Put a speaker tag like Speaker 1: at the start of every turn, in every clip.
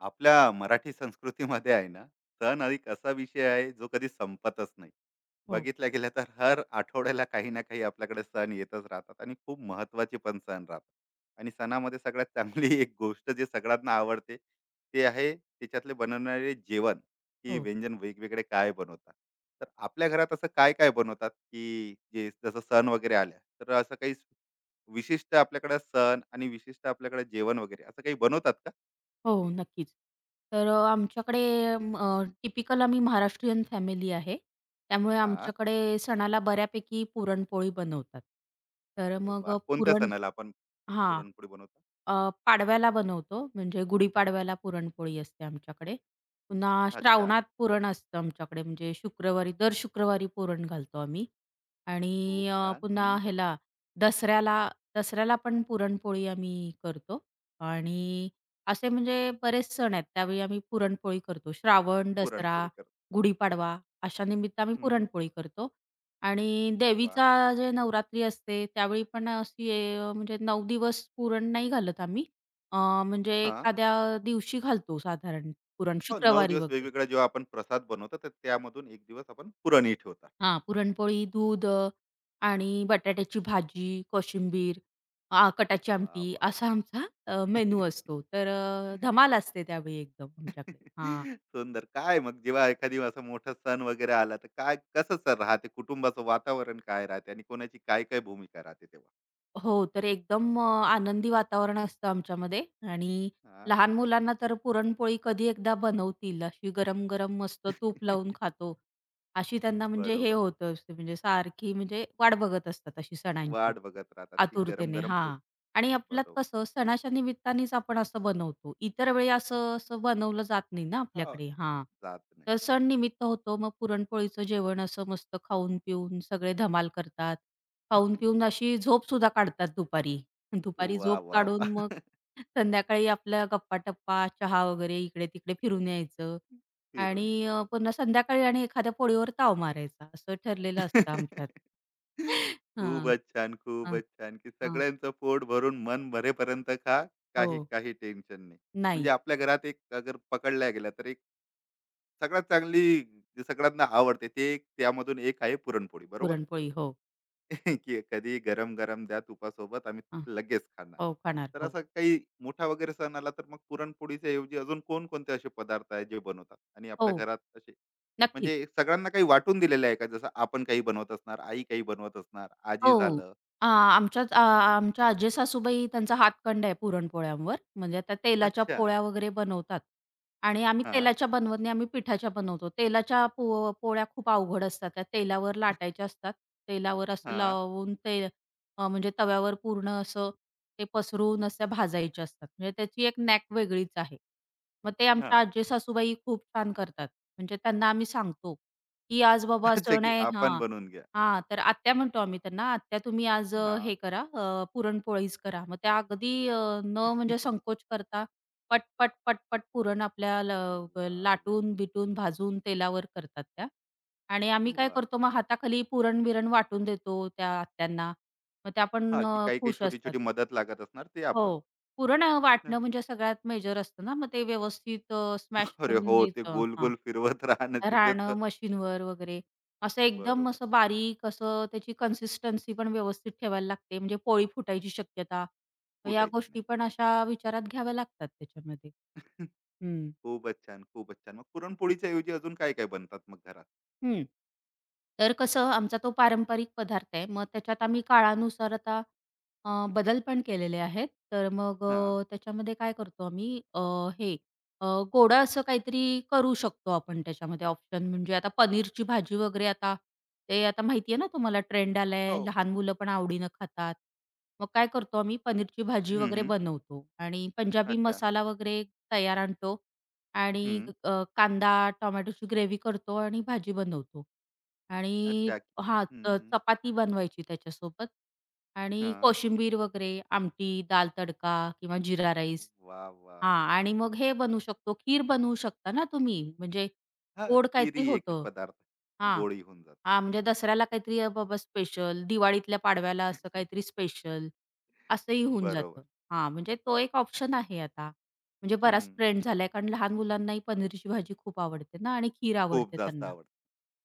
Speaker 1: आपल्या मराठी संस्कृतीमध्ये आहे ना. सण हा एक असा विषय आहे जो कधी संपतच नाही.
Speaker 2: हो,
Speaker 1: बघितला गेला तर हर आठवड्याला काही ना काही आपल्याकडे सण येतच राहतात आणि खूप महत्वाचे पण सण राहतात. आणि सणामध्ये सगळ्यात चांगली एक गोष्ट जे सगळ्यांना आवडते ते आहे त्याच्यातले बनवणारे जेवण, की
Speaker 2: हो.
Speaker 1: व्यंजन वेगवेगळे काय बनवतात. तर आपल्या घरात असं काय काय बनवतात, की जे जसं सण वगैरे आल्या तर असं काही विशिष्ट आपल्याकडे सण आणि विशिष्ट आपल्याकडे जेवण वगैरे असं काही बनवतात का?
Speaker 2: हो, नक्कीच. तर आमच्याकडे टिपिकल आम्ही महाराष्ट्रीयन फॅमिली आहे. त्यामुळे
Speaker 1: हा.
Speaker 2: आमच्याकडे सणाला बऱ्यापैकी पुरणपोळी बनवतात. तर
Speaker 1: अरे
Speaker 2: मग
Speaker 1: वाह!
Speaker 2: अ,
Speaker 1: कोणत्या
Speaker 2: पुरण
Speaker 1: सणाला आपण
Speaker 2: हां.
Speaker 1: पुरणपोळी बनवतो?
Speaker 2: पाडव्याला बनवतो, म्हणजे गुढीपाडव्याला पुरणपोळी असते आमच्याकडे. पुन्हा
Speaker 1: अच्छा.
Speaker 2: श्रावणात पुरण असतं आमच्याकडे, म्हणजे शुक्रवारी दर शुक्रवारी पुरण घालतो आम्ही. आणि
Speaker 1: खूप छान. हं.
Speaker 2: पुन्हा ह्याला दसऱ्याला दसऱ्याला पण पुरणपोळी आम्ही करतो आणि असे म्हणजे बरेच सण आहेत. त्यावेळी आम्ही पुरणपोळी करतो. श्रावण, दसरा,
Speaker 1: पुरणपोळी करतो.
Speaker 2: गुढीपाडवा अशा निमित्त आम्ही
Speaker 1: हं.
Speaker 2: पुरणपोळी करतो. आणि
Speaker 1: वाह!
Speaker 2: देवीचा जे नवरात्री असते त्यावेळी पण अशी म्हणजे 9 दिवस पुरण नाही घालत आम्ही. अ, म्हणजे
Speaker 1: हां.
Speaker 2: एखाद्या दिवशी घालतो साधारण पुरण
Speaker 1: हो, 9
Speaker 2: शुक्रवारी
Speaker 1: दिवस
Speaker 2: वगैरे.
Speaker 1: वेगवेगळा जेव्हा आपण प्रसाद बनवतो, तर त्यामधून 1 दिवस आपण पुरणही ठेवतात.
Speaker 2: हां, पुरणपोळी, दूध, आणि बटाट्याची भाजी, कोशिंबीर, कटाची
Speaker 1: वाह,
Speaker 2: आमटी
Speaker 1: वाह,
Speaker 2: असा आमचा
Speaker 1: वाह!
Speaker 2: मेनू असतो. तर धमाल असते त्यावेळी एकदम आमच्याकडे. हां.
Speaker 1: सुंदर. काय मग जेव्हा एखादी असा मोठा सण वगैरे आला, तर काय कसं सण राहते? कुटुंबाचं वातावरण काय राहते आणि कोणाची काय-काय भूमिका राहते तेव्हा?
Speaker 2: हो, तर एकदम आनंदी वातावरण असतं आमच्यामध्ये आणि
Speaker 1: हां.
Speaker 2: लहान मुलांना तर पुरणपोळी कधी एकदा बनवतील अशी गरम-गरम मस्त तूप लावून खातो. अशी त्यांना म्हणजे हे
Speaker 1: बरोबर.
Speaker 2: होत असते म्हणजे सारखी म्हणजे वाट बघत असतात अशी सणांची
Speaker 1: वाट बघत राहतात, की
Speaker 2: आतुरतेने.
Speaker 1: गरम-गरम
Speaker 2: हां. आणि आपल्यात
Speaker 1: बरोबर.
Speaker 2: कसं सणाच्या निमित्तानेच आपण असं बनवतो. इतर वेळी असं असं बनवलं जात नाही ना
Speaker 1: हो,
Speaker 2: आपल्याकडे. हां.
Speaker 1: जात नाही.
Speaker 2: तर सण निमित्त होतो. मग पुरणपोळीचं जेवण असं मस्त खाऊन-पिऊन सगळे धमाल करतात. खाऊन-पिऊन अशी झोपसुद्धा काढतात दुपारी. दुपारी
Speaker 1: वा,
Speaker 2: झोप
Speaker 1: वा,
Speaker 2: काढून मग
Speaker 1: वाह!
Speaker 2: संध्याकाळी आपल्या गप्पा-टप्पा, चहा वगैरे इकडे-तिकडे फिरून यायचं आणि
Speaker 1: फिरून यायचं.
Speaker 2: पुन्हा संध्याकाळी आणि एखाद्या पोळीवर ताव मारायचा असं ठरलेलं असतं आमच्यात. हां,
Speaker 1: खूपच छान,
Speaker 2: हां,
Speaker 1: खूपच छान, की
Speaker 2: हां.
Speaker 1: सगळ्यांचं पोट भरून मन भरेपर्यंत खा.
Speaker 2: हो.
Speaker 1: काही काही टेन्शन नाही. म्हणजे
Speaker 2: नाही.
Speaker 1: आपल्या घरात एक अगर पकडल्या गेला तर एक सगळ्यात चांगली, जी सगळ्यांना आवडते, ते एक त्यामधून एक आहे पुरणपोळी, बरोबर?
Speaker 2: पुरणपोळी. हो.
Speaker 1: की कधी गरम गरम द्या तुपासोबत आम्ही
Speaker 2: हां.
Speaker 1: लगेच खाणार.
Speaker 2: हो, खाणार.
Speaker 1: तर
Speaker 2: हो.
Speaker 1: असं काही मोठा वगैरे सण आला तर मग पुरणपोळीच्या ऐवजी अजून कोणकोणते असे पदार्थ आहे जे बनवतात आणि आपल्या
Speaker 2: हो.
Speaker 1: घरात असे
Speaker 2: नक्कीच.
Speaker 1: म्हणजे सगळ्यांना काही वाटून दिलेले आहे का? जसं आपण काही बनवत असणार, आई काही बनवत असणार,
Speaker 2: हो.
Speaker 1: आजी झालं.
Speaker 2: आमच्यात आमच्या आजे-सासूबाई त्यांचा हातखंड आहे पुरणपोळ्यांवर. म्हणजे त्या तेलाच्या
Speaker 1: अच्छा.
Speaker 2: पोळ्या वगैरे बनवतात आणि आम्ही
Speaker 1: हा.
Speaker 2: तेलाच्या बनवत नाही, आम्ही पिठाच्या बनवतो. तेलाच्या पोळ्या खूप अवघड असतात. त्या तेलावर लाटायच्या असतात. तेलावर असं
Speaker 1: हा.
Speaker 2: लावून ते म्हणजे तव्यावर पूर्ण असं ते पसरून अशा भाजायच्या असतात. म्हणजे त्याची एक नॅक वेगळीच आहे. मग ते
Speaker 1: हा.
Speaker 2: आमच्या आजी-सासूबाई खूप छान करतात. म्हणजे त्यांना आम्ही सांगतो, की आज बाबा
Speaker 1: अच्छा,
Speaker 2: सण
Speaker 1: की
Speaker 2: आहे
Speaker 1: आपण
Speaker 2: हां.
Speaker 1: बनवून घ्या.
Speaker 2: हां, तर आत्या म्हणतो आम्ही त्यांना, "आत्या तुम्ही आज
Speaker 1: हा.
Speaker 2: हे करा पुरणपोळीच करा." मग त्या अगदी न म्हणजे संकोच करता पट, पट, पट, पट पुरण आपल्या
Speaker 1: वा वा
Speaker 2: लाटून, बिटून, भाजून तेलावर करतात त्या. आणि आम्ही काय
Speaker 1: वा.
Speaker 2: करतो मग हाताखाली पुरण-बिरण वाटून देतो त्या आत्यांना. मग त्या पण
Speaker 1: हा, की काही काही
Speaker 2: खुश
Speaker 1: छोटी
Speaker 2: असतात.
Speaker 1: छोटी मदत लागत असणार, ते आपण.
Speaker 2: हो. पुरण
Speaker 1: हं.
Speaker 2: वाटणं म्हणजे सगळ्यात मेजर असतं ना, मग ते व्यवस्थित स्मॅश
Speaker 1: अरे
Speaker 2: करून
Speaker 1: हो, ते
Speaker 2: द्यायचं.
Speaker 1: गोल
Speaker 2: हां.
Speaker 1: गोल फिरवत राहणं तिथे
Speaker 2: राहणं
Speaker 1: तर.
Speaker 2: मशीनवर वगैरे. असं एकदम
Speaker 1: बरोबर.
Speaker 2: असं बारीक असं त्याची कन्सिस्टन्सी पण व्यवस्थित ठेवायला लागते. म्हणजे पोळी फुटायची शक्यता, या
Speaker 1: फुटायची
Speaker 2: गोष्टी
Speaker 1: नाही
Speaker 2: पण
Speaker 1: पाहिजे.
Speaker 2: अशा विचारात घ्याव्या लागतात त्याच्यामध्ये. हं.
Speaker 1: खूपच छान, खूपच छान. मग पुरणपोळीच्या ऐवजी अजून काय-काय बनतात मग घरात?
Speaker 2: हं. तर कसं आमचा तो पारंपरिक पदार्थ आहे. मग त्याच्यात आम्ही काळानुसार आता अ, बदल पण केलेले आहेत. तर मग
Speaker 1: हां.
Speaker 2: त्याच्यामध्ये काय करतो आम्ही हे अ, गोडं असं काहीतरी करू शकतो आपण त्याच्यामध्ये ऑप्शन म्हणजे आता पनीरची भाजी वगैरे आता ते आता माहिती आहे ना तुम्हाला ट्रेंड आलाय.
Speaker 1: हो.
Speaker 2: लहान मुलं पण आवडीनं खातात. मग काय करतो आम्ही पनीरची भाजी
Speaker 1: हं,
Speaker 2: वगैरे
Speaker 1: हं.
Speaker 2: बनवतो आणि पंजाबी
Speaker 1: अच्छा.
Speaker 2: मसाला वगैरे तयार आणतो. आणि
Speaker 1: हं.
Speaker 2: कांदा, टोमॅटोची ग्रेव्ही करतो आणि भाजी बनवतो. आणि
Speaker 1: अच्छा. हं,
Speaker 2: हां,
Speaker 1: हं.
Speaker 2: चपाती बनवायची त्याच्यासोबत आणि
Speaker 1: हां.
Speaker 2: कोशिंबीर वगैरे, आमटी, दाल तडका किंवा जिरा राईस.
Speaker 1: वाह! वाह!
Speaker 2: हां आणि मग हे बनवू शकतो, खीर बनवू शकता ना तुम्ही. म्हणजे
Speaker 1: हां,
Speaker 2: गोड
Speaker 1: खीर
Speaker 2: काहीतरी
Speaker 1: एक
Speaker 2: होतं.
Speaker 1: पदार्थ.
Speaker 2: हां.
Speaker 1: गोडी होऊन जाते.
Speaker 2: हां, म्हणजे दसऱ्याला काहीतरी बाबा स्पेशल, दिवाळीतल्या पाडव्याला असं काहीतरी स्पेशल असंही होऊन
Speaker 1: बरोबर.
Speaker 2: जातं. हां, म्हणजे तो एक ऑप्शन आहे आता. म्हणजे बराच
Speaker 1: हं.
Speaker 2: ट्रेंड झालाय कारण लहान मुलांनाही पनीरची भाजी खूप आवडते ना आणि खीर
Speaker 1: खूप
Speaker 2: आवडते
Speaker 1: जास्त
Speaker 2: त्यांना.
Speaker 1: आवडते.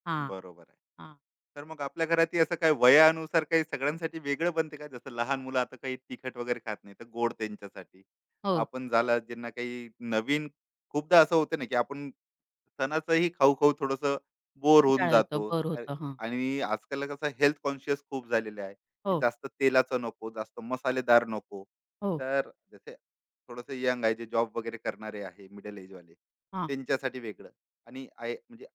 Speaker 2: हां,
Speaker 1: बरोबर आहे.
Speaker 2: हां.
Speaker 1: तर मग आपल्या घरातही असं काही वयानुसार काही सगळ्यांसाठी वेगळं बनते का? जसं लहान मुलं आता काही तिखट वगैरे खात नाही, तर गोड त्यांच्यासाठी.
Speaker 2: हो.
Speaker 1: आपण झालं, ज्यांना काही नवीन. खूपदा असं होतं ना, की आपण सणाचंही खाऊ-खाऊ थोडंसं बोर होऊन
Speaker 2: कंटाळा येतो.
Speaker 1: जातो.
Speaker 2: बोर होतं. हां.
Speaker 1: आणि आजकाल कसं हेल्थ कॉन्शियस खूप झालेले आहे, की
Speaker 2: हो,
Speaker 1: जास्त तेलाचं नको, जास्त मसालेदार नको.
Speaker 2: हो.
Speaker 1: तर जसे थोडंसं यंग आहे, जे जॉब वगैरे करणारे आहे, मिडल एजवाले
Speaker 2: हां,
Speaker 1: त्यांच्यासाठी वेगळं. आणि आय म्हणजे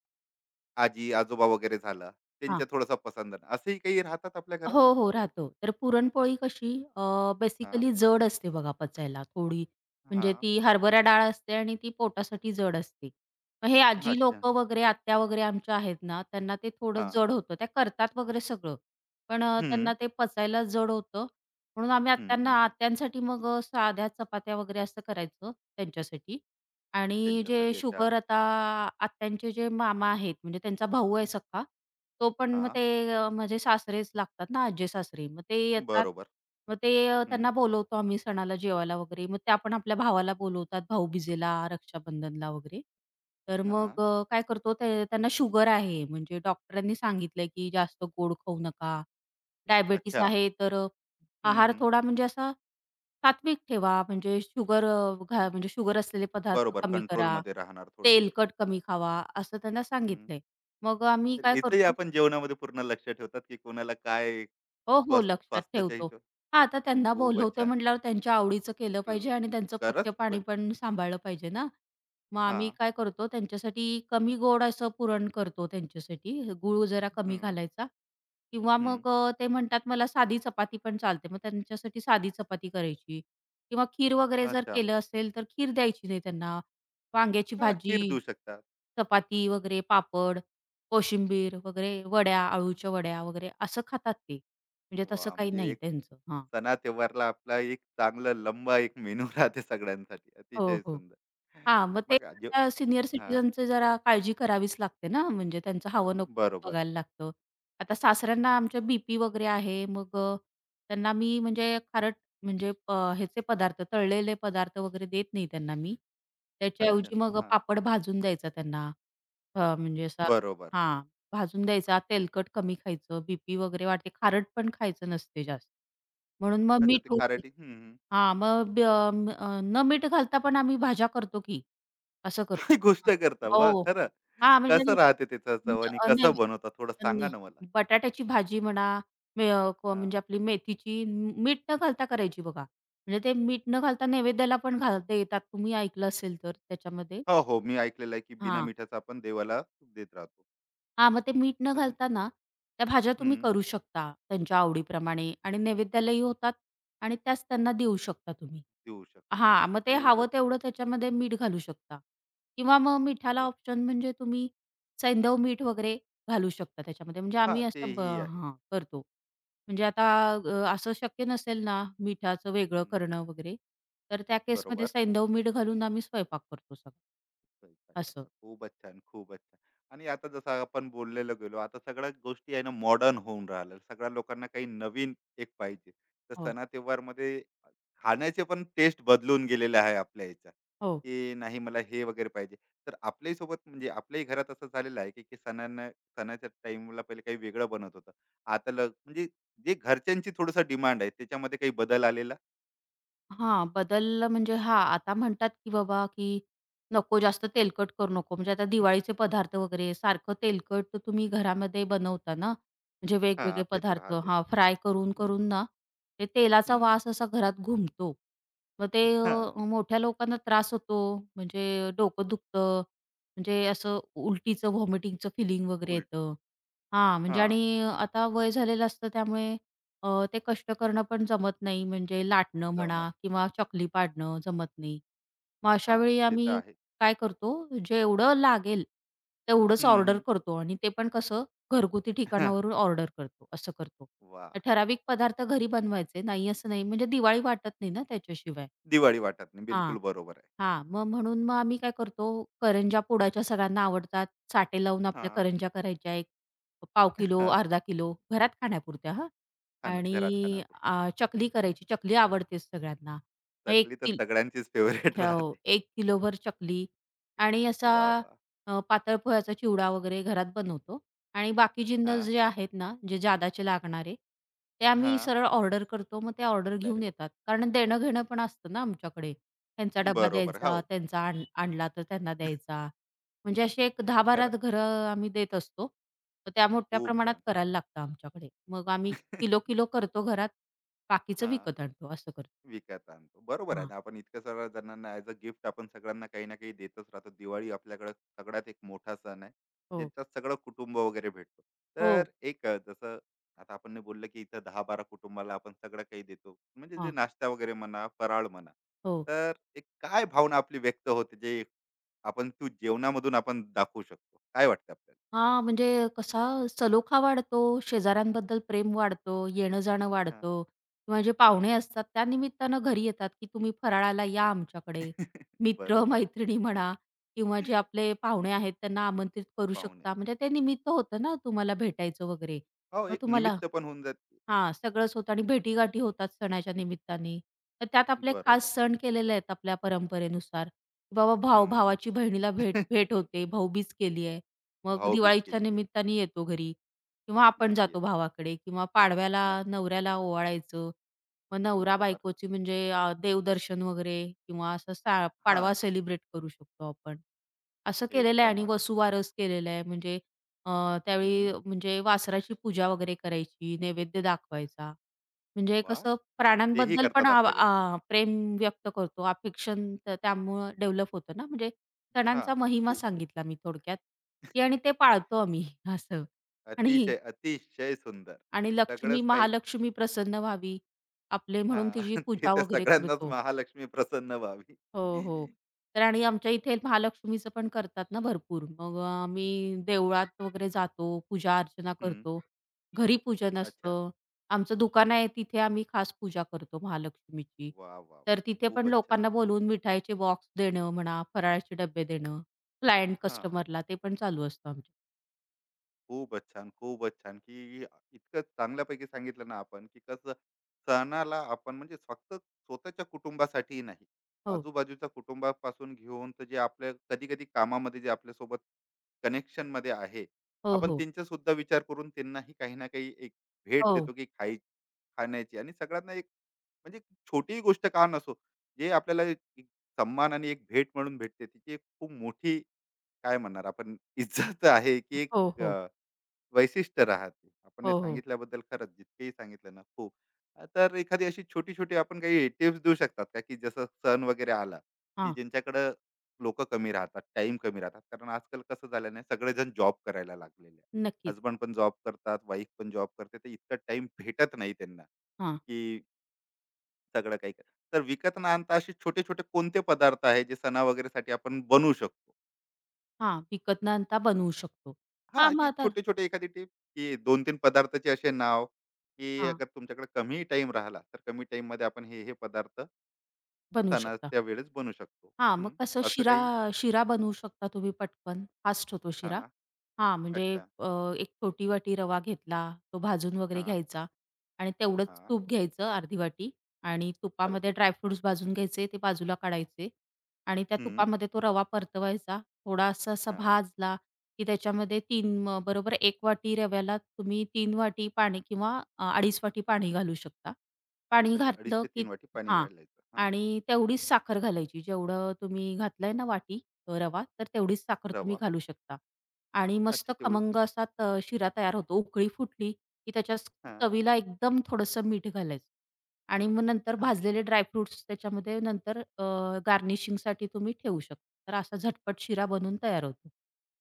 Speaker 1: आजी, आजोबा वगैरे झालं,
Speaker 2: हां.
Speaker 1: त्यांच्या थोडासा पसंद नाही. असंही काही राहतात आपल्या घरात?
Speaker 2: हो, हो, राहतो. तर पुरणपोळी कशी अ,
Speaker 1: हां,
Speaker 2: बेसिकली जड असते बघा पचायला थोडी. म्हणजे
Speaker 1: हां.
Speaker 2: ती हरभरा डाळ असते आणि ती पोटासाठी जड असते. मग हे आजी
Speaker 1: अच्छा.
Speaker 2: लोक वगैरे, आत्या वगैरे आमच्या आहेत ना, त्यांना ते थोडं
Speaker 1: हां.
Speaker 2: जड होतं. त्या करतात वगैरे सगळं. पण
Speaker 1: हं,
Speaker 2: त्यांना ते पचायला जड होतं. म्हणून आम्ही
Speaker 1: हं,
Speaker 2: आत्यांना
Speaker 1: हं.
Speaker 2: आत्यांसाठी मग साध्या चपात्या वगैरे असं करायचं त्यांच्यासाठी. आणि जे
Speaker 1: त्यांच्यासाठी अच्छा.
Speaker 2: शुगर आता आत्यांचे जे मामा आहेत म्हणजे त्यांचा भाऊ आहे
Speaker 1: हां,
Speaker 2: सख्खा तो पण मग
Speaker 1: हां.
Speaker 2: ते माझे सासरेच लागतात ना, आज्जे-सासरे. मग ते येतात.
Speaker 1: बरोबर.
Speaker 2: मग ते
Speaker 1: हं.
Speaker 2: त्यांना बोलवतो आम्ही सणाला जेवायला वगैरे. मग त्या पण आपल्या
Speaker 1: वाह!
Speaker 2: भावाला बोलवतात भाऊबीजेला, रक्षाबंधनला वगैरे. तर
Speaker 1: हां.
Speaker 2: मग काय करतो ते त्यांना शुगर आहे म्हणजे डॉक्टरांनी सांगितलंय, की जास्त गोड खाऊ नका. डायबिटीज
Speaker 1: अच्छा.
Speaker 2: आहे तर
Speaker 1: हं,
Speaker 2: आहार
Speaker 1: हं.
Speaker 2: थोडा म्हणजे असा सात्विक ठेवा. म्हणजे शुगर अ, घा म्हणजे शुगर असलेले पदार्थ
Speaker 1: बरोबर,
Speaker 2: कमी करा.
Speaker 1: कंट्रोलमध्ये राहणार थोडेसे.
Speaker 2: तेलकट कमी खावा असं त्यांना
Speaker 1: हं.
Speaker 2: सांगितलंय. मग आम्ही
Speaker 1: तर
Speaker 2: काय
Speaker 1: याचंही
Speaker 2: करतो.
Speaker 1: आपण जेवणामध्ये पूर्ण लक्ष ठेवतात, की कोणाला काय.
Speaker 2: हो, हो. लक्षात
Speaker 1: स्वास्थ्याच्या
Speaker 2: ठेवतो.
Speaker 1: हिशोब.
Speaker 2: हां, आता त्यांना
Speaker 1: खूपच
Speaker 2: बोलवतोय
Speaker 1: छान.
Speaker 2: म्हटल्यावर त्यांच्या आवडीचं केलं
Speaker 1: ल
Speaker 2: पाहिजे आणि त्यांचं पथ्य
Speaker 1: खरंच.
Speaker 2: पाणी पण सांभाळलं पाहिजे ना. मग आम्ही
Speaker 1: हां.
Speaker 2: काय करतो त्यांच्यासाठी कमी गोड असं पुरण करतो त्यांच्यासाठी. गूळ जरा कमी
Speaker 1: हं,
Speaker 2: घालायचा किंवा
Speaker 1: हं.
Speaker 2: मग ते म्हणतात मला साधी चपाती पण चालते. मग त्यांच्यासाठी साधी चपाती करायची किंवा खीर वगैरे जर
Speaker 1: अच्छा.
Speaker 2: केलं असेल तर खीर द्यायची नाही त्यांना. वांग्याची
Speaker 1: हां, खीर
Speaker 2: भाजी,
Speaker 1: देऊ शकतात.
Speaker 2: चपाती वगैरे, पापड, कोशिंबीर वगैरे, वड्या, अळूच्या वड्या वगैरे असं खातात ते. म्हणजे तसं
Speaker 1: वाह!
Speaker 2: काही
Speaker 1: म्हणजे
Speaker 2: नाही
Speaker 1: एक
Speaker 2: त्यांचं. हां.
Speaker 1: सणा-त्योहारला आपला एक चांगला लंबा एक मेनू राहते सगळ्यांसाठी.
Speaker 2: हो,
Speaker 1: अतिशय
Speaker 2: हो.
Speaker 1: सुंदर.
Speaker 2: हां, मग ते
Speaker 1: मग जे.
Speaker 2: आता सीनियर
Speaker 1: हां,
Speaker 2: जरा काळजी करावीच लागते ना, म्हणजे त्यांचं हवं-नको ते
Speaker 1: बरोबर.
Speaker 2: बघायला लागतं. आता सासऱ्यांना आमच्या बीपी वगैरे आहे, मग त्यांना मी म्हणजे खारट म्हणजे ह्याचे पदार्थ, तळलेले पदार्थ वगैरे देत नाही त्यांना मी.
Speaker 1: अच्छा.
Speaker 2: त्याच्याऐवजी मग
Speaker 1: हां,
Speaker 2: पापड भाजून द्यायचा त्यांना. म्हणजे असा
Speaker 1: बरोबर.
Speaker 2: हां, भाजून द्यायचा, तेलकट कमी खायचं, बीपी वगैरे वाढते, खारट पण खायचं नसते जास्त. म्हणून मग
Speaker 1: अच्छा,
Speaker 2: मीठ.
Speaker 1: ते
Speaker 2: हो.
Speaker 1: खाराटी. हं, हं.
Speaker 2: हां, मग ब म- अ, न मीठ घालता पण आम्ही भाज्या करतो की, असं करतो.
Speaker 1: काय गोष्ट
Speaker 2: हां.
Speaker 1: करता? वाह!
Speaker 2: हो.
Speaker 1: खरं.
Speaker 2: हां, म्हणजे
Speaker 1: कसं
Speaker 2: आधी
Speaker 1: राहते त्याचं चव आणि
Speaker 2: अ,
Speaker 1: कसं
Speaker 2: नैवे
Speaker 1: बनवता? थोडं सांगा
Speaker 2: अन्न
Speaker 1: ना मला?
Speaker 2: बटाट्याची भाजी म्हणा, मे अ, क
Speaker 1: हां.
Speaker 2: म्हणजे आपली मेथीची मीठ न घालता करायची बघा. म्हणजे ते मीठ न घालता नैवेद्याला पण घाल देतात तुम्ही ऐकलं असेल तर त्याच्यामध्ये.
Speaker 1: हो, हो. मी ऐकलेलं आहे, की बिना
Speaker 2: हां.
Speaker 1: मिठाचं आपण देवाला देत राहतो.
Speaker 2: हां, मग ते मीठ न
Speaker 1: तर
Speaker 2: घालता ना, त्या भाज्या
Speaker 1: हं,
Speaker 2: तुम्ही करू शकता त्यांच्या आवडीप्रमाणे आणि नैवेद्यालाही होतात आणि त्याच त्यांना देऊ शकता तुम्ही.
Speaker 1: देऊ शकतो.
Speaker 2: हां, मग ते
Speaker 1: खूपच.
Speaker 2: हवं तेवढं त्याच्यामध्ये मीठ घालू शकता किंवा मग मिठाला
Speaker 1: व
Speaker 2: ऑप्शन म्हणजे तुम्ही सैंधव मीठ वगैरे घालू शकता त्याच्यामध्ये. म्हणजे
Speaker 1: हां,
Speaker 2: आम्ही असं ब.
Speaker 1: तेही आहे.
Speaker 2: हां, करतो. म्हणजे आता असं शक्य नसेल ना मिठाचं वेगळं
Speaker 1: हं,
Speaker 2: करणं वगैरे, तर त्या केसमध्ये
Speaker 1: बरोबर.
Speaker 2: सैंधव मीठ घालून आम्ही स्वयंपाक करतो सगळा.
Speaker 1: स्वयंपाक
Speaker 2: असं.
Speaker 1: करतात. खूपच छान, खूपच छान. आणि आता जसं आपण बोललेलो गेलो, आता सगळ्या गोष्टी आहे ना, मॉडर्न होऊन राहिल्या. सगळ्या लोकांना काही नवीन एक पाहिजे. तर
Speaker 2: हो,
Speaker 1: सणा-त्योहारमध्ये खाण्याचे पण टेस्ट बदलून गेलेले आहे आपल्या ह्याच्यात,
Speaker 2: हो.
Speaker 1: की नाही मला हे वगैरे पाहिजे. तर आपल्याही सोबत म्हणजे आपल्याही घरात असं झालेलं आहे, की की सणांना सणाच्या टाईमला पहिले काही वेगळं बनत होतं. आता म्हणजे जे घरच्यांची थोडंसं डिमांड आहे, त्याच्यामध्ये काही बदल आलेला?
Speaker 2: हां, बदल म्हणजे हां, आता म्हणतात की बाबा की नको जास्त तेलकट करू नको. म्हणजे आता दिवाळीचे पदार्थ वगैरे सारखं तेलकट तर तुम्ही घरामध्ये बनवता ना, म्हणजे
Speaker 1: हां,
Speaker 2: वेगवेगळे
Speaker 1: ते तर
Speaker 2: पदार्थ
Speaker 1: राहतेच.
Speaker 2: हां, फ्राय
Speaker 1: हं.
Speaker 2: करून-करून ना, ते तेलाचा
Speaker 1: हं.
Speaker 2: वास असा घरात घुमतो. मग ते
Speaker 1: हां,
Speaker 2: मोठ्या लोकांना त्रास होतो. म्हणजे डोकं दुखतं, म्हणजे असं उलटीचं, व्हॉमिटिंगचं फिलिंग वगैरे
Speaker 1: उलट
Speaker 2: येतं. हां, म्हणजे
Speaker 1: हां,
Speaker 2: आणि आता वय झालेलं असतं त्यामुळे ते कष्ट करणं पण जमत नाही म्हणजे लाटणं म्हणा
Speaker 1: जमत.
Speaker 2: किंवा चकली पाडणं जमत नाही. मग अशा
Speaker 1: हां,
Speaker 2: वेळी
Speaker 1: ते तर
Speaker 2: आम्ही
Speaker 1: आहे.
Speaker 2: काय करतो, जेवढं लागेल तेवढंच
Speaker 1: हं,
Speaker 2: ऑर्डर
Speaker 1: हं.
Speaker 2: करतो आणि ते पण कसं घरगुती ठिकाणावरून ऑर्डर करतो, असं करतो.
Speaker 1: वाह!
Speaker 2: ठराविक पदार्थ घरी बनवायचे नाही असं नाही, म्हणजे दिवाळी वाटत नाही ना त्याच्याशिवाय.
Speaker 1: दिवाळी वाटत नाही.
Speaker 2: हां.
Speaker 1: बिलकुल बरोबर आहे.
Speaker 2: हां, मग म्हणून मग आम्ही काय करतो, करंज्या पोळ्याच्या सगळ्यांना आवडतात. साटे लावून आपल्या
Speaker 1: हां,
Speaker 2: करंज्या करायच्या एक पाव किलो,
Speaker 1: हां.
Speaker 2: अर्धा किलो घरात खाण्यापुरत्या हां.
Speaker 1: खाणं घरात
Speaker 2: आणि
Speaker 1: खाणं.
Speaker 2: चकली करायची. चकली आवडतेच सगळ्यांना. 1
Speaker 1: चकली तर सगळ्यांचीच फेव्हरेट राहते.
Speaker 2: हो, 1 किलोभर चकली आणि असा
Speaker 1: वाह! वाह!
Speaker 2: पातळ पोह्याचा चिवडा वगैरे घरात बनवतो आणि बाकीचींना
Speaker 1: हां,
Speaker 2: जे आहेत ना, जे जादाचे लागणारे, ते आम्ही
Speaker 1: हां.
Speaker 2: सरळ ऑर्डर करतो. मग ते ऑर्डर घेऊन
Speaker 1: डायरेक्ट
Speaker 2: येतात. कारण देणं-घेणं पण असतं ना आमच्याकडे. त्यांचा डबा
Speaker 1: बरोबर.
Speaker 2: द्यायचा,
Speaker 1: हो,
Speaker 2: त्यांचा आण आणला तर त्यांना द्यायचा. म्हणजे अशी एक
Speaker 1: ते तर
Speaker 2: 10-12
Speaker 1: खरं.
Speaker 2: घरं आम्ही देत असतो. तर त्या मोठ्या
Speaker 1: खूप
Speaker 2: प्रमाणात
Speaker 1: छान.
Speaker 2: करायला लागतं आमच्याकडे. मग आम्ही किलो-किलो करतो घरात. बाकीचं
Speaker 1: हां.
Speaker 2: विकत आणतो असं करतो.
Speaker 1: विकत आणतो, बरोबर आहे
Speaker 2: हां.
Speaker 1: ना? आपण इतक्या सर्व जणांना ऍज अ गिफ्ट आपण सगळ्यांना काही ना काही देतच राहतो. दिवाळी आपल्याकडे सगळ्यात एक मोठा सण आहे,
Speaker 2: हो.
Speaker 1: ज्यांच्यात सगळं कुटुंब वगैरे भेटतो.
Speaker 2: हो.
Speaker 1: तर एक जसं आता आपण बोललं, की इथं 10-12 कुटुंबाला आपण सगळं काही देतो, म्हणजे जे
Speaker 2: हां.
Speaker 1: नाश्ता वगैरे म्हणा, फराळ म्हणा,
Speaker 2: हो.
Speaker 1: तर एक काय भावना आपली व्यक्त होते, जे आपण तू जेवणामधून आपण दाखवू शकतो, काय वाटतं आपल्याला.
Speaker 2: हां, म्हणजे कसा सलोखा वाढतो, शेजाऱ्यांबद्दल प्रेम वाढतं, येणं-जाणं
Speaker 1: हा,
Speaker 2: वाढतं किंवा जे पाहुणे
Speaker 1: हा.
Speaker 2: असतात त्या निमित्तानं घरी येतात, की तुम्ही फराळाला या आमच्याकडे.
Speaker 1: बरोबर.
Speaker 2: मित्र-मैत्रिणी म्हणा किंवा जे आपले पाहुणे आहेत त्यांना आमंत्रित करू
Speaker 1: पाहुणे.
Speaker 2: शकता. म्हणजे ते निमित्त होतं ना तुम्हाला भेटायचं वगैरे.
Speaker 1: हो,
Speaker 2: मग
Speaker 1: एक
Speaker 2: तुम्हाला
Speaker 1: निमित्त पण होऊन जाते.
Speaker 2: हां, सगळंच होतं आणि भेटीगाठी होतात सणाच्या निमित्ताने. तर त्यात आपले
Speaker 1: बरोबर.
Speaker 2: खास सण केलेले आहेत आपल्या परंपरेनुसार. बाबा
Speaker 1: हम्म.
Speaker 2: भावाची बहिणीला भेट भेट होते, भाऊबीज केली आहे. मग
Speaker 1: भाऊबीज
Speaker 2: दिवाळीच्या
Speaker 1: केलेली.
Speaker 2: निमित्ताने येतो घरी किंवा आपण
Speaker 1: घरी
Speaker 2: जातो
Speaker 1: येत.
Speaker 2: भावाकडे किंवा पाडव्याला
Speaker 1: नक्की.
Speaker 2: नवऱ्याला ओवाळायचं. मग नवरा
Speaker 1: बरोबर.
Speaker 2: बायकोची म्हणजे देवदर्शन वगैरे किंवा असं
Speaker 1: हां,
Speaker 2: पाडवा सेलिब्रेट करू शकतो आपण. असं केलेलं आहे आणि
Speaker 1: एकदमच.
Speaker 2: वसुवारस केलेला आहे. म्हणजे अ,
Speaker 1: हं.
Speaker 2: त्यावेळी म्हणजे वासराची पूजा वगैरे करायची, नैवेद्य दाखवायचा. म्हणजे
Speaker 1: वाह!
Speaker 2: कसं
Speaker 1: तेही
Speaker 2: प्राण्यांबद्दल पण
Speaker 1: करतात
Speaker 2: आ
Speaker 1: आपल्या घरी.
Speaker 2: आ प्रेम व्यक्त करतो, अफेक्शन त्यामुळं डेव्हलप होतं ना. म्हणजे
Speaker 1: हां.
Speaker 2: सणांचा महिमा
Speaker 1: खूप.
Speaker 2: सांगितला मी थोडक्यात, की आणि ते पाळतो आम्ही असं. आणि
Speaker 1: अतिशय, अतिशय सुंदर.
Speaker 2: आणि
Speaker 1: हे
Speaker 2: लक्ष्मी,
Speaker 1: सगळंच काही.
Speaker 2: महालक्ष्मी प्रसन्न व्हावी आपले म्हणून
Speaker 1: हां.
Speaker 2: तिची
Speaker 1: ते
Speaker 2: पूजा
Speaker 1: तर
Speaker 2: वगैरे
Speaker 1: सगळ्यांनाच
Speaker 2: करतो.
Speaker 1: महालक्ष्मी प्रसन्न व्हावी.
Speaker 2: हो, हो. तर आणि आमच्या इथे महालक्ष्मीचं पण करतात ना भरपूर. मग आम्ही देवळात वगैरे जातो, पूजा-अर्चना
Speaker 1: हं.
Speaker 2: करतो. घरी पूजन
Speaker 1: अच्छा.
Speaker 2: असतं. आमचं दुकान आहे तिथे आम्ही खास पूजा करतो महालक्ष्मीची.
Speaker 1: वा वा वा.
Speaker 2: तर तिथे पण
Speaker 1: खूपच छान.
Speaker 2: लोकांना बोलवून मिठाईचे बॉक्स देणं म्हणा, फराळाचे डब्बे देणं, क्लायंट
Speaker 1: हां.
Speaker 2: कस्टमरला ते पण चालू असतं आमचं.
Speaker 1: खूपच छान, खूपच छान, की इतकं चांगल्यापैकी सांगितलं ना आपण, की कसं सणाला आपण म्हणजे फक्त स्वतःच्या कुटुंबासाठीही नाही,
Speaker 2: हो,
Speaker 1: आजूबाजूच्या कुटुंबापासून घेऊन तर जे आपल्या कधी-कधी कामामध्ये जे आपल्यासोबत कनेक्शनमध्ये आहे,
Speaker 2: हो,
Speaker 1: आपण
Speaker 2: हो.
Speaker 1: त्यांचासुद्धा विचार करून त्यांनाही काही ना काही एक भेट
Speaker 2: हो,
Speaker 1: देतो, की खाण्याची आणि सगळ्यांना एक म्हणजे छोटीही गोष्ट का नसो, जे आपल्याला एक एक सन्मान आणि एक भेट म्हणून भेटते, तिची एक खूप मोठी काय म्हणणार आपण इज्जत आहे, की एक
Speaker 2: हो, हो,
Speaker 1: वैशिष्ट्य राहते. आपण हे
Speaker 2: हो, हो.
Speaker 1: सांगितल्याबद्दल खरंच जितकेही सांगितलं ना, खूप. तर एखादी अशी छोटी-छोटी आपण काही टिप्स देऊ शकतात का, की जसं सण वगैरे आला, की
Speaker 2: हां,
Speaker 1: ज्यांच्याकडं लोकं कमी राहतात, टाइम कमी राहतात. कारण आजकाल कसं झालं ना, सगळेजण जॉब करायला लागलेले.
Speaker 2: नक्कीच.
Speaker 1: हसबंड पण जॉब करतात, वाईफ पण जॉब करते. तर इतका टाईम भेटत नाही त्यांना,
Speaker 2: हां,
Speaker 1: की सगळं काही तर विकत न आणता असे छोटे-छोटे कोणते पदार्थ आहे, जे सणा वगैरेसाठी आपण बनवू शकतो?
Speaker 2: हां. विकत न आणता बनवू शकतो.
Speaker 1: हां,
Speaker 2: हां, मग
Speaker 1: की
Speaker 2: आता
Speaker 1: छोटे-छोटे एखादी टिप, की 2-3 पदार्थाचे असे नाव, की
Speaker 2: हां,
Speaker 1: अगर तुमच्याकडे कमी टाइम राहिला, तर कमी टाईममध्ये आपण हे, हे पदार्थ
Speaker 2: बनवू शकता.
Speaker 1: सणाच्या वेळेस बनवू शकतो.
Speaker 2: हां,
Speaker 1: हं,
Speaker 2: मग कसं
Speaker 1: असं
Speaker 2: शिरा
Speaker 1: काही.
Speaker 2: शिरा बनवू शकता तुम्ही पटकन, फास्ट होतो शिरा.
Speaker 1: हां,
Speaker 2: हां, म्हणजे
Speaker 1: अच्छा.
Speaker 2: अ, एक छोटी वाटी रवा घेतला, तो भाजून वगैरे
Speaker 1: हां,
Speaker 2: घ्यायचा आणि तेवढंच
Speaker 1: हां,
Speaker 2: तूप घ्यायचं अर्धी वाटी आणि तुपामध्ये
Speaker 1: अर्धी.
Speaker 2: ड्रायफ्रुट्स भाजून घ्यायचे, ते बाजूला काढायचे आणि त्या
Speaker 1: हं,
Speaker 2: तुपामध्ये तो रवा परतवायचा. थोडासा असा
Speaker 1: हां.
Speaker 2: भाजला, की त्याच्यामध्ये 3 बरोबर 1 वाटी रव्याला तुम्ही 3 वाटी पाणी किंवा 2.5 वाटी पाणी घालू शकता. पाणी
Speaker 1: अच्छा, 2.5
Speaker 2: घातलं
Speaker 1: ते
Speaker 2: की
Speaker 1: 3 वाटी पाणी
Speaker 2: हां.
Speaker 1: घालायचं. हां,
Speaker 2: आणि तेवढीच साखर घालायची. जेवढं तुम्ही घातलंय ना वाटी रवा, तर तेवढीच साखर तुम्ही
Speaker 1: रवा.
Speaker 2: घालू शकता. आणि मस्त
Speaker 1: अच्छा, तेवढी.
Speaker 2: खमंग असा शिरा तयार होतो. उकळी फुटली की त्याच्या
Speaker 1: हां,
Speaker 2: चवीला एकदम थोडंसं मीठ घालायचं आणि मग नंतर भाजलेले ड्रायफ्रुट्स त्याच्यामध्ये नंतर गार्निशिंगसाठी तुम्ही ठेवू शकता. तर असा झटपट शिरा बनून तयार होतो.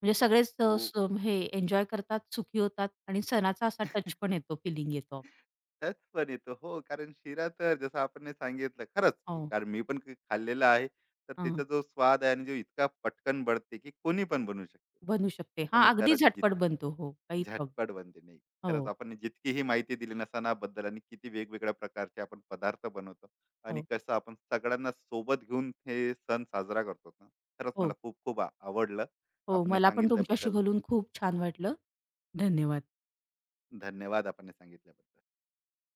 Speaker 2: म्हणजे सगळेच अ,
Speaker 1: हो.
Speaker 2: स हे एन्जॉय करतात, सुखी होतात आणि सणाचा असा टच पण येतो, फिलिंग येतो.
Speaker 1: टच पण येतो. हो, कारण शिरा तर जसं आपण नाही सांगितलं खरंच, एक-
Speaker 2: हो.
Speaker 1: कारण मी पण खाल्लेलं आहे. तर
Speaker 2: हां.
Speaker 1: त्याचा जो स्वाद आहे आणि जो इतका पटकन बनते, की कोणी पण बनवू शकते.
Speaker 2: बनू शकते. हां,
Speaker 1: आपण हे
Speaker 2: अगदी
Speaker 1: खरंच
Speaker 2: झटपट बनतो. हो, काही प्रॉब्लेम.
Speaker 1: झटपट बनते. नाही, खरंच
Speaker 2: हो,
Speaker 1: आपण जितकी ही माहिती दिली ना सणाबद्दल आणि किती वेगवेगळ्या प्रकारचे आपण पदार्थ बनवतो आणि
Speaker 2: हो,
Speaker 1: कसं आपण सगळ्यांना सोबत घेऊन हे सण साजरा करतो ना. खरंच मला
Speaker 2: हो,
Speaker 1: खूप खूप आवडलं.
Speaker 2: हो.
Speaker 1: आपण हे
Speaker 2: मला पण तुमच्याशी
Speaker 1: सांगितल्याबद्दल
Speaker 2: बोलून खूप छान वाटलं. धन्यवाद.
Speaker 1: धन्यवाद. आपण हे सांगितल्याबद्दल.